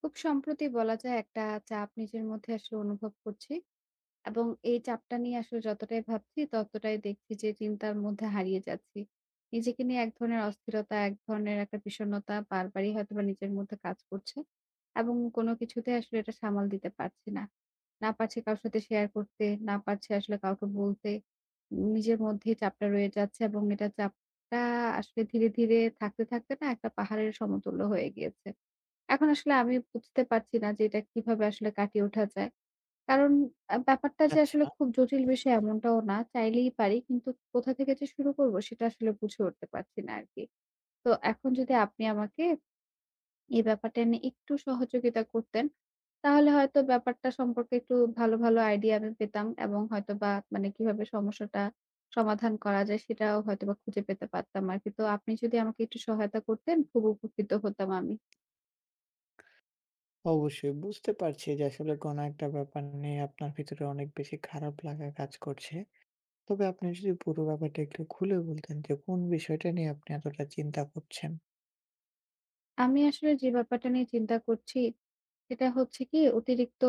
খুব সম্প্রতি বলা যায় একটা চাপ নিজের মধ্যে আসলে অনুভব করছি এবং এই চাপটা নিয়ে আসলে যতটাই ভাবছি ততটাই দেখছি যে চিন্তার মধ্যে হারিয়ে যাচ্ছি। নিজেকে নিয়ে এক ধরনের অস্থিরতা, এক ধরনের একটা বিষণ্ণতা বারবারই হয়তোবা নিজের মধ্যে কাজ করছে এবং কোনো কিছুতেই আসলে এটা সামাল দিতে পারছি না। না পারছি কারো সাথে শেয়ার করতে, না পারছি আসলে কাউকে বলতে। নিজের মধ্যেই চাপটা রয়ে যাচ্ছে এবং এটা চাপটা আসলে ধীরে, ধীরে থাকতে, থাকতে না একটা পাহাড়ের সমতুল্য হয়ে গিয়েছে। এখন আসলে আমি বুঝতে পারছি না যে এটা কিভাবে আসলে কাটিয়ে ওঠা যায়। কারণ ব্যাপারটা যে আচ্ছা, আসলে খুব জটিল বিষয় এমনটাও না। চাইলেই পারি। কিন্তু কোথা থেকে যে শুরু করব সেটা আসলে বুঝে উঠতে পারছি না আরকি। তো এখন যদি আপনি আমাকে এই ব্যাপারটা নিয়ে একটু সহযোগিতা করতেন, তাহলে হয়তো ব্যাপারটা সম্পর্কে একটু ভালো, ভালো আইডিয়া আমি পেতাম এবং হয়তোবা মানে কিভাবে সমস্যাটা সমাধান করা যায় সেটাও হয়তোবা খুঁজে পেতে পারতাম আরকি। তো আপনি যদি আমাকে একটু সহায়তা করতেন খুব উপকৃত হতাম আমি। অবশ্যই বুঝতে পারছি যে আসলে কোনো একটা ব্যাপার নিয়ে আপনার ভিতরে অনেক বেশি খারাপ লাগা কাজ করছে। তবে আপনি যদি পুরো ব্যাপারটা একটু খুলে বলতেন যে কোন বিষয়টা নিয়ে আপনি এতটা চিন্তা করছেন? আমি আসলে যে ব্যাপারটা নিয়ে চিন্তা করছি, সেটা হচ্ছে কি অতিরিক্ত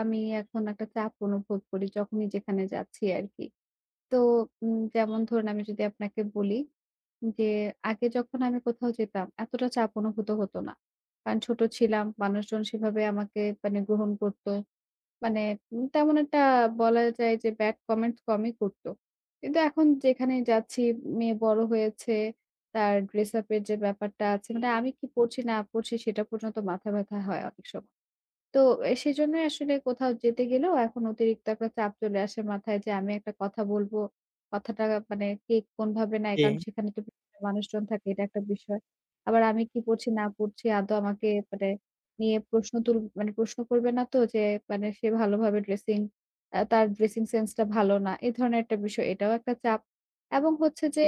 আমি এখন একটা চাপ অনুভব করি যখনই যেখানে যাচ্ছি আরকি। তো যেমন ধরুন আমি যদি আপনাকে বলি যে আগে যখন আমি কোথাও যেতাম এতটা চাপ অনুভূত হতো না। কারণ ছোট ছিলাম, মানুষজন সেভাবে আমাকে মানে গ্রহণ করত। মানে তেমন একটা বলা যায় যে ব্যাড কমেন্টস কমই করতো। কিন্তু এখন যেখানেই যাচ্ছি মেয়ে বড় হয়েছে, তার ড্রেস আপ এর যে ব্যাপারটা আছে মানে আমি কি পড়ছি না পড়ছি সেটা পর্যন্ত মাথা ব্যাথা হয় অনেক সময়। তো সেজন্যই আসলে কোথাও যেতে গেলেও এখন অতিরিক্ত একটা চাপ চলে আসে মাথায় যে আমি একটা কথা বলবো। কথাটা মানে কে কোনভাবে নেয়? জি, কারণ সেখানে তো বিভিন্ন মানুষজন থাকে এটা একটা বিষয়। আবার আমি কি পড়ছি না পড়ছি আদৌ আমাকে মানে নিয়ে প্রশ্ন তুল মানে প্রশ্ন করবে না তো যে মানে সে ভালোভাবে ড্রেসিং আ তার ড্রেসিং সেন্সটা ভালো না। এ ধরনের একটা বিষয় এটাও একটা চাপ। এবং হচ্ছে যে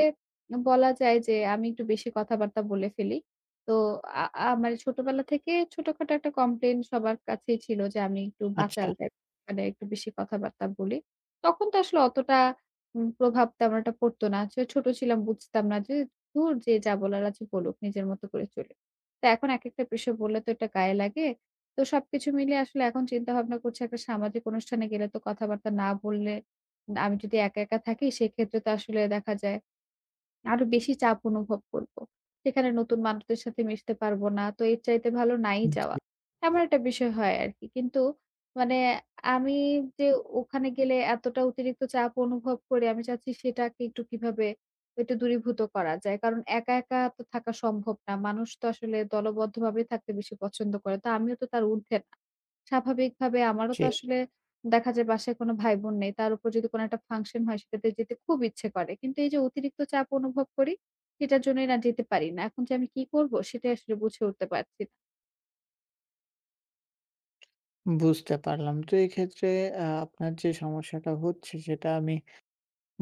বলা যায় যে আমি একটু বেশি কথাবার্তা বলে ফেলি। তো আ আ মানে ছোটবেলা থেকে ছোটখাটো একটা কমপ্লেইন সবার কাছেই ছিল যে আমি একটু আচ্ছা। বাচাল টাইপ, মানে একটু বেশি কথাবার্তা বলি। তখন তো আসলে অতটা প্রভাব তেমন একটা পড়তো না। আসলে ছোট ছিলাম বুঝতাম না যে, "ধুর যে যা বলার আছে বলুক, নিজের মতো করে চলি।" তো এখন একেকটা বিষয় বললে তো এটা গায়ে লাগে। তো সবকিছু মিলিয়ে আসলে এখন চিন্তা ভাবনা করছি একটা সামাজিক অনুষ্ঠানে গেলে তো কথাবার্তা না বললে, আমি যদি একা, একা থাকি সেক্ষেত্রে তো আসলে দেখা যায় আরো বেশি চাপ অনুভব করব। সেখানে নতুন মানুষদের সাথে মিশতে পারবো না। তো এর চাইতে ভালো নাই জি, যাওয়া। এমন একটা বিষয় হয় আরকি। কিন্তু মানে আমি যে ওখানে গেলে এতটা অতিরিক্ত চাপ অনুভব করি, আমি চাচ্ছি সেটাকে একটু কিভাবে একটু দূরীভূত করা যায়। কারণ একা, একা তো থাকা সম্ভব না। মানুষ তো আসলে দলবদ্ধভাবে থাকতে বেশি পছন্দ করে। তো আমিও তো তার ঊর্ধ্বে না। স্বাভাবিকভাবে আমারও জি, তো আসলে দেখা যায় বাসায় কোনো ভাই-বোন নেই। তার উপর যদি কোনো একটা ফাংশন হয় সেটাতে যেতে খুব ইচ্ছে করে। কিন্তু এই যে অতিরিক্ত চাপ অনুভব করি সেটার জন্যই না যেতে পারি না। এখন যে আমি কি করব সেটাই আসলে বুঝে উঠতে পারছি না। বুঝতে পারলাম। তো এক্ষেত্রে আপনার যে সমস্যাটা হচ্ছে সেটা আমি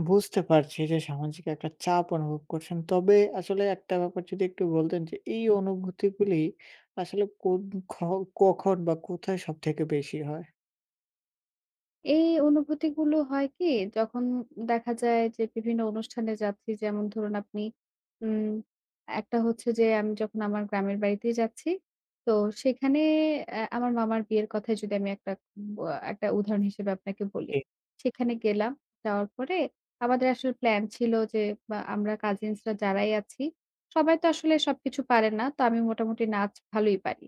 বুঝতে পারছি যে সামাজিক একটা চাপ অনুভব করছেন। তবে আসলে একটা ব্যাপার যদি একটু বলতেন যে এই অনুভূতিগুলি আসলে কোন খ কখন বা কোথায় সবথেকে বেশি হয়? এই অনুভূতিগুলো হয় কি? যখন দেখা যায় যে বিভিন্ন অনুষ্ঠানে যাচ্ছি, যেমন ধরুন আপনি উম একটা হচ্ছে যে আমি যখন আমার গ্রামের বাড়িতেই যাচ্ছি, তো সেখানে আমার মামার বিয়ের কথাই যদি আমি বা একটা উদাহরণ হিসেবে আপনাকে বলি। জি। সেখানে গেলাম, যাওয়ার পরে আমাদের আসলে প্ল্যান ছিল যে আমরা কাজিনসরা যারাই আছি, সবাই তো আসলে সবকিছু পারে না। তো আমি মোটামুটি নাচ ভালোই পারি।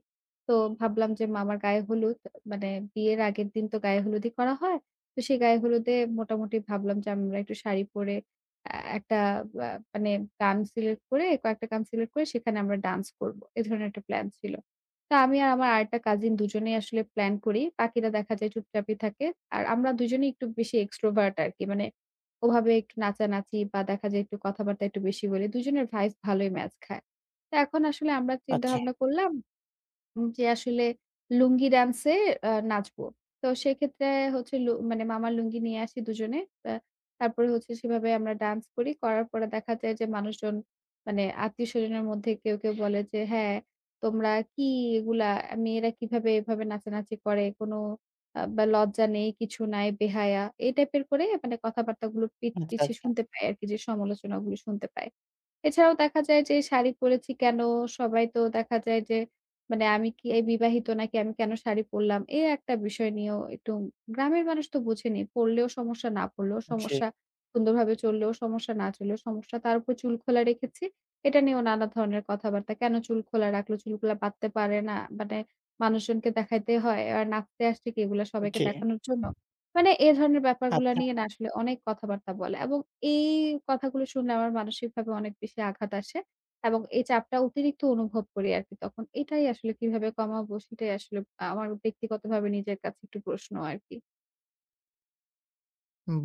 তো ভাবলাম যে মামার গায়ে হলুদ মানে বিয়ের আগের দিন তো গায়ে হলুদই করা হয়। তো সেই গায়ে হলুদে মোটামুটি ভাবলাম যে আমরা একটু শাড়ি পরে অ্যা একটা আ মানে গান সিলেক্ট করে কয়েকটা গান সিলেক্ট করে সেখানে আমরা ডান্স করব। এ ধরনের একটা প্ল্যান ছিল। তো আমি আর আমার আরেকটা কাজিন দুজনেই আসলে প্ল্যান করি। বাকিরা দেখা যায় চুপচাপই থাকে। আর আমরা দুজনেই একটু বেশি এক্সট্রোভার্ট আরকি। মানে ওভাবে একটু নাচানাচি বা দেখা যায় একটু কথাবার্তা একটু বেশি বলি। দুজনের ভাইব ভালোই ম্যাচ খায়। তো এখন আসলে আমরা চিন্তা আচ্ছা, ভাবনা করলাম যে আসলে লুঙ্গি ড্যান্সে নাচবো। তো সেক্ষেত্রে হচ্ছে লু মানে মামার লুঙ্গি নিয়ে আসি দুজনে। আ তারপরে হচ্ছে সেভাবে আমরা ডান্স করি। করার পরে দেখা যায় যে মানুষজন মানে আত্মীয়স্বজনের মধ্যে কেউ, কেউ বলে যে, "হ্যাঁ, তোমরা কি এগুলা? মেয়েরা কিভাবে এভাবে নাচানাচি করে? কোনো আ বা লজ্জা নেই, কিছু নাই, বেহায়া।" এই টাইপের করে মানে কথাবার্তাগুলো আচ্ছা, পিছে আচ্ছা। শুনতে পাই আরকি যে সমালোচনাগুলো শুনতে পাই। এছাড়াও দেখা যায় যে শাড়ি পরেছি কেন? সবাই তো দেখা যায় যে মানে আমি কি এই বিবাহিত নাকি আমি কেন শাড়ি পরলাম? এ একটা বিষয় নিয়েও একটু গ্রামের মানুষ তো বোঝেনি। পড়লেও সমস্যা, না পড়লেও জি, সমস্যা, সুন্দরভাবে চললেও সমস্যা, না চললেও সমস্যা। তার উপর চুল খোলা রেখেছি। এটা নিয়েও নানা ধরনের কথাবার্তা। কেন চুল খোলা রাখলো? চুলগুলা বাঁধতে পারে না। মানে মানুষজনকে দেখাইতে হয়। আর নাচতে আসছে কি এগুলা সবাইকে জি। দেখানোর জন্য? মানে এ ধরনের ব্যাপারগুলা আপনার নিয়ে না আসলে অনেক কথাবার্তা বলে এবং এই কথাগুলো শুনলে আমার মানসিকভাবে অনেক বেশি আঘাত আসে এবং এই চাপটা অতিরিক্ত অনুভব করি আরকি তখন। এটাই আসলে কিভাবে কমাবো সেটাই আসলে আমার ব্যক্তিগতভাবে নিজের কাছে একটু প্রশ্ন আরকি।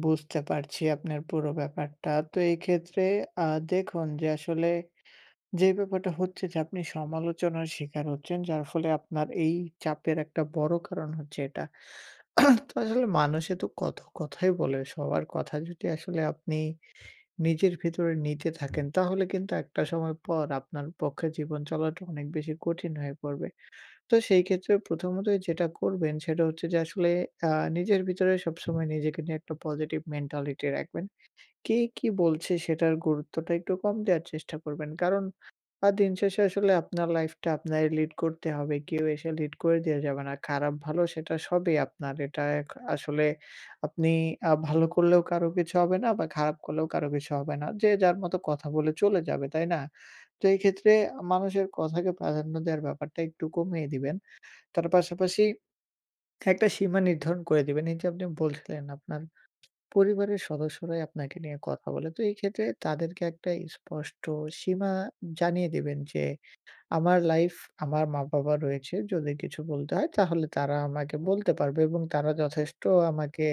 বুঝতে পারছি আপনার পুরো ব্যাপারটা। তো এই ক্ষেত্রে আ দেখুন যে আসলে যে ব্যাপারটা হচ্ছে যে আপনি সমালোচনার শিকার হচ্ছেন যার ফলে আপনার এই চাপের একটা বড় কারণ হচ্ছে এটা। তো আসলে মানুষে তো কত কথাই বলে। সবার কথা যদি আসলে আপনি নিজের ভিতরে নিতে থাকেন তাহলে কিন্তু একটা সময় পর আপনার পক্ষে জীবন চলাটা অনেক বেশি কঠিন হয়ে পড়বে। তো সেই ক্ষেত্রে প্রথমতই যেটা করবেন সেটা হচ্ছে যে আসলে আ নিজের ভিতরে সবসময় নিজেকে নিয়ে একটা পজিটিভ মেন্টালিটি রাখবেন। কে কি বলছে সেটার গুরুত্বটা একটু কম দেওয়ার চেষ্টা করবেন। কারণ দিন শেষে আসলে আপনার লাইফটা আপনারই লিড করতে হবে। কেউ এসে লিড করে দিয়ে যাবে না। খারাপ ভালো সেটা সবই আপনার। এটা আসলে আপনি ভালো করলেও কারো কিছু হবে না বা খারাপ করলেও কারো কিছু হবে না। যে যার মতো কথা বলে চলে যাবে, তাই না? তো এই ক্ষেত্রে মানুষের কথাকে প্রাধান্য দেওয়ার ব্যাপারটা একটু কমিয়ে দিবেন। তার পাশাপাশি একটা সীমা নির্ধারণ করে দিবেন। এই যে আপনি বলছিলেন আপনার পরিবারের সদস্যরাই আপনাকে নিয়ে কথা বলে। তো এই ক্ষেত্রে তাদেরকে একটা স্পষ্ট সীমা জানিয়ে দিবেন যে, "আমার লাইফ আমার মা-বাবা রয়েছে। যদি কিছু বলতে হয় তাহলে তারা আমাকে বলতে পারবে এবং তারা যথেষ্ট আমাকে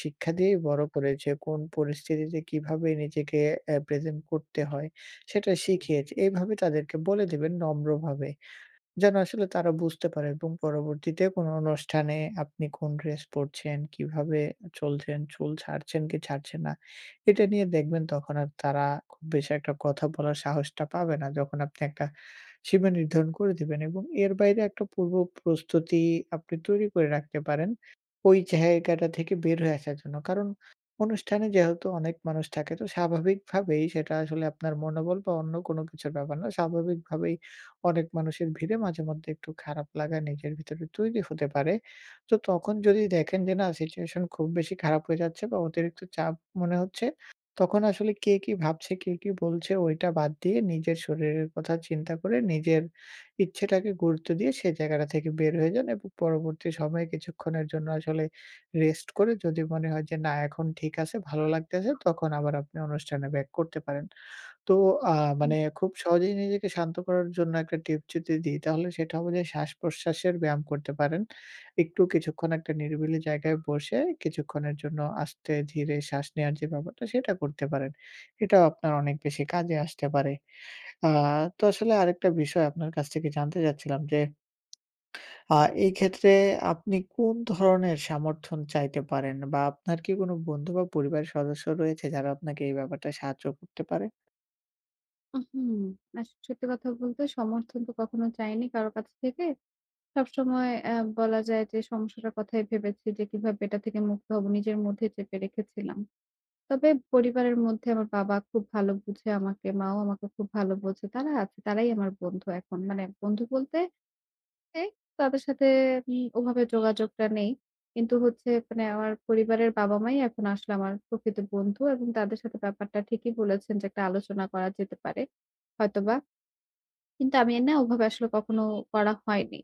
শিক্ষা দিয়েই বড় করেছে। কোন পরিস্থিতিতে কিভাবে নিজেকে প্রেজেন্ট করতে হয় সেটা শিখিয়েছে।" এইভাবে তাদেরকে বলে দিবেন নম্রভাবে। যেন আসলে তারা বুঝতে পারে এবং পরবর্তীতে কোনো অনুষ্ঠানে আপনি কোন ড্রেস পরছেন, কিভাবে চলছেন, চুল ছাড়ছেন কি ছাড়ছেন না, এটা নিয়ে দেখবেন তখন আর তারা খুব বেশি একটা কথা বলার সাহসটা পাবে না। যখন আপনি একটা সীমা নির্ধারণ করে দিবেন এবং এর বাইরে একটা পূর্ব প্রস্তুতি আপনি তৈরি করে রাখতে পারেন, ওই জায়গাটা থেকে বের হয়ে আসার জন্য। কারণ অনুষ্ঠানে যেহেতু অনেক মানুষ থাকে তো স্বাভাবিকভাবেই সেটা আসলে আপনার মনোবল বা অন্য কোনো কিছুর ব্যাপার না। স্বাভাবিকভাবেই অনেক মানুষের ভিড়ে মাঝে মধ্যে একটু খারাপ লাগা নিজের ভিতরে তৈরি হতে পারে। তো তখন যদি দেখেন যে না সিচুয়েশন খুব বেশি খারাপ হয়ে যাচ্ছে বা অতিরিক্ত চাপ মনে হচ্ছে, তখন আসলে কে কি ভাবছে, কে কি বলছে ওইটা বাদ দিয়ে নিজের শরীরের কথা চিন্তা করে নিজের ইচ্ছেটাকে গুরুত্ব দিয়ে সেই জায়গাটা থেকে বের হয়ে যান এবং পরবর্তী সময়ে কিছুক্ষণের জন্য আসলে রেস্ট করে যদি মনে হয় যে না এখন ঠিক আছে, ভালো লাগতেছে তখন আবার আপনি অনুষ্ঠানে ব্যাক করতে পারেন। তো আ মানে খুব সহজেই নিজেকে শান্ত করার জন্য একটা টিপ যদি দিই, তাহলে সেটা হবে যে শ্বাস-প্রশ্বাসের ব্যায়াম করতে পারেন। একটু কিছুক্ষণ একটা নিরিবিলি জায়গায় বসে কিছুক্ষণের জন্য আস্তে ধীরে শ্বাস নেওয়ার যে ব্যাপারটা সেটা করতে পারেন। এটাও আপনার অনেক বেশি কাজে আসতে পারে। আ তো আসলে আরেকটা বিষয় আপনার কাছ থেকে জানতে চাচ্ছিলাম যে আ এই ক্ষেত্রে আপনি কোন ধরনের সমর্থন চাইতে পারেন? বা আপনার কি কোন বন্ধু বা পরিবারের সদস্য রয়েছে যারা আপনাকে এই ব্যাপারটায় সাহায্য করতে পারে? হুম, সত্যি কথা বলতে সমর্থন তো কখনো চাইনি কারো কাছ থেকে। সবসময় বলা যায় যে সমস্যাটার কথাই ভেবেছি যে কিভাবে এটা থেকে মুক্ত হব নিজের মধ্যে চেপে রেখেছিলাম। তবে পরিবারের মধ্যে আমার বাবা খুব ভালো বুঝে আমাকে, মাও আমাকে খুব ভালো বোঝে। তারা আছে, তারাই আমার বন্ধু এখন। মানে বন্ধু বলতে এই তাদের সাথে ওভাবে যোগাযোগটা নেই। কিন্তু হচ্ছে মানে আমার পরিবারের বাবা-মাই এখন আসলে আমার প্রকৃত বন্ধু এবং তাদের সাথে ব্যাপারটা ঠিকই বলেছেন যে একটা আলোচনা করা যেতে পারে হয়তোবা। কিন্তু আমি না ওভাবে আসলে কখনো করা হয়নি।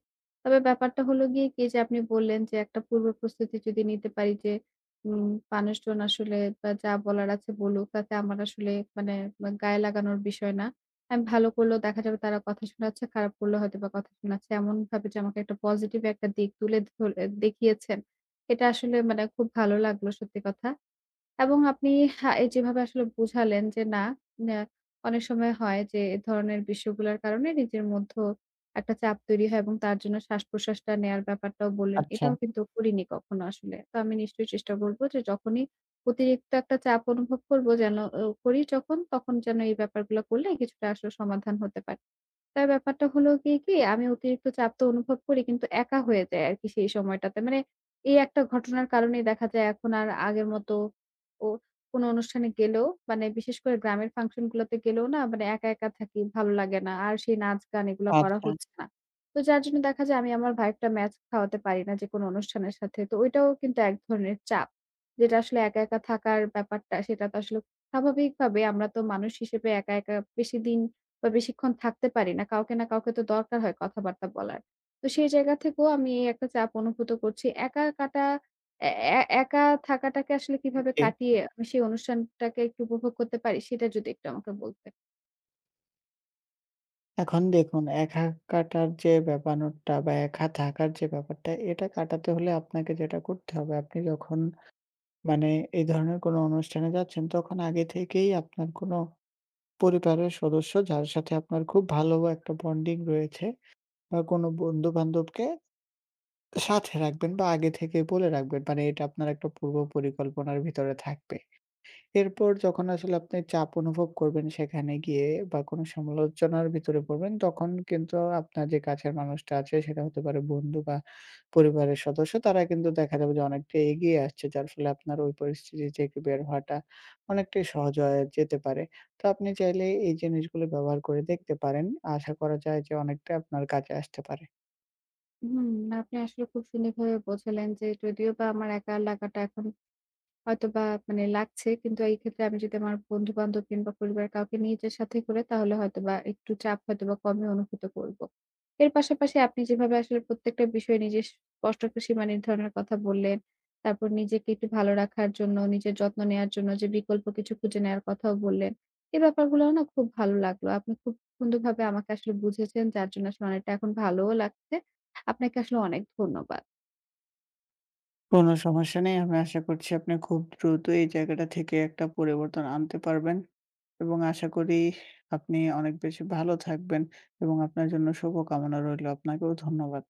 তবে ব্যাপারটা হলো গিয়ে কি যে আপনি বললেন যে একটা পূর্ব প্রস্তুতি যদি নিতে পারি যে উম মানুষজন আসলে যা বলার আছে বলুক তাতে আমার আসলে মানে গায়ে লাগানোর বিষয় না। আমি ভালো করলেও দেখা যাবে তারা কথা শোনাচ্ছে, খারাপ করলেও হয়তোবা কথা শোনাচ্ছে। এমনভাবে যে আমাকে একটা পজিটিভ একটা দিক তুলে ধরে দেখিয়েছেন। এটা আসলে মানে খুব ভালো লাগলো সত্যি কথা। এবং আপনি হ্যাঁ, এই যেভাবে আসলে বুঝালেন যে না, ন্যা অনেক সময় হয় যে এ ধরনের বিষয়গুলার কারণে নিজের মধ্যেও একটা চাপ তৈরি হয় এবং তার জন্য শ্বাসপ্রশ্বাসটা নেয়ার ব্যাপারটাও বললেন। আচ্ছা, এটাও কিন্তু করিনি কখনো আসলে। তো আমি নিশ্চয়ই চেষ্টা করব যে যখনই অতিরিক্ত একটা চাপ অনুভব করব যেন তখন যেন এই ব্যাপারগুলো করলে কিছুটা আসলে সমাধান হতে পারে। তার ব্যাপারটা হলো গিয়ে কি, আমি অতিরিক্ত চাপ তো অনুভব করি কিন্তু একা হয়ে যাই আরকি সেই সময়টাতে। মানে এই একটা ঘটনার কারণেই দেখা যায় এখন আর আগের মতো ও কোনো অনুষ্ঠানে গেলেও মানে বিশেষ করে গ্রামের ফাংশন গুলোতে গেলেও না মানে একা, একা থাকি, ভালো লাগে না। আর সেই নাচ গান এগুলা করা আচ্ছা। হচ্ছে না। তো যার জন্য দেখা যায় আমি আমার ভাইয়েরটা ম্যাচ খাওয়াতে পারি না যেকোনো অনুষ্ঠানের সাথে। তো ওইটাও কিন্তু এক ধরনের চাপ। যেটা আসলে একা, একা থাকার ব্যাপারটা সেটা তো আসলে স্বাভাবিকভাবে আমরা তো মানুষ হিসেবে একা, একা বেশিদিন বা বেশিক্ষণ থাকতে পারি না। কাউকে না কাউকে তো দরকার হয় কথাবার্তা বলার। তো সেই জায়গা থেকেও আমি এই একটা চাপ অনুভূত করছি। একা কাটা এ এ একা থাকাটাকে আসলে কিভাবে জি। কাটিয়ে আমি সেই অনুষ্ঠানটাকে একটু উপভোগ করতে পারি, সেটা যদি একটু আমাকে বলতেন। এখন দেখুন একা কাটার যে ব্যাপারটা বা একা থাকার যে ব্যাপারটা, এটা কাটাতে হলে আপনাকে যেটা করতে হবে, আপনি যখন মানে এই ধরনের কোনো অনুষ্ঠানে যাচ্ছেন, তখন আগে থেকেই আপনার কোনো পরিবারের সদস্য যার সাথে আপনার খুব ভালো একটা বন্ডিং রয়েছে বা কোনো বন্ধু-বান্ধবকে সাথে রাখবেন বা আগে থেকে বলে রাখবেন। মানে এটা আপনার একটা পূর্ব পরিকল্পনার ভিতরে থাকবে। এরপর যখন আসলে আপনি চাপ অনুভব করবেন সেখানে গিয়ে বা কোনো সমালোচনার ভিতরে পড়বেন, তখন কিন্তু আপনার যে কাছের মানুষটা আছে সেটা হতে পারে বন্ধু বা পরিবারের সদস্য, তারা কিন্তু দেখা যাবে যে অনেকটা এগিয়ে আসছে। যার ফলে আপনার ওই পরিস্থিতি থেকে বের হওয়াটা অনেকটাই সহজ হয়ে যেতে পারে। তো আপনি চাইলে এই জিনিসগুলো ব্যবহার করে দেখতে পারেন। আশা করা যায় যে অনেকটা আপনার কাজে আসতে পারে। হুম, আপনি আসলে খুব সুন্দরভাবে বোঝালেন যে যদিও বা আমার একা লাগাটা এখন হয়তোবা মানে লাগছে কিন্তু এই ক্ষেত্রে আমি যদি আমার বন্ধু-বান্ধব কিংবা পরিবারের কাউকে নিয়ে যাই সাথে করে তাহলে হয়তোবা একটু চাপ হয়তোবা কমই অনুভূত করব। এর পাশাপাশি আপনি যেভাবে আসলে প্রত্যেকটা বিষয়ে নিজের স্পষ্ট একটা সীমা নির্ধারণের কথা বললেন, তারপর নিজেকে একটু ভালো রাখার জন্য, নিজের যত্ন নেয়ার জন্য যে বিকল্প কিছু খুঁজে নেয়ার কথাও বললেন। এই ব্যাপারগুলোও না খুব ভালো লাগলো। আপনি খুব সুন্দরভাবে আমাকে আসলে বুঝেছেন যার জন্য আসলে অনেকটা এখন ভালোও লাগছে। আপনাকে আসলে অনেক ধন্যবাদ। কোনো সমস্যা নেই। আমি আশা করছি আপনি খুব দ্রুত এই জায়গাটা থেকে একটা পরিবর্তন আনতে পারবেন। এবং আশা করি আপনি অনেক বেশি ভালো থাকবেন এবং আপনার জন্য শুভকামনা রইলো। আপনাকেও ধন্যবাদ।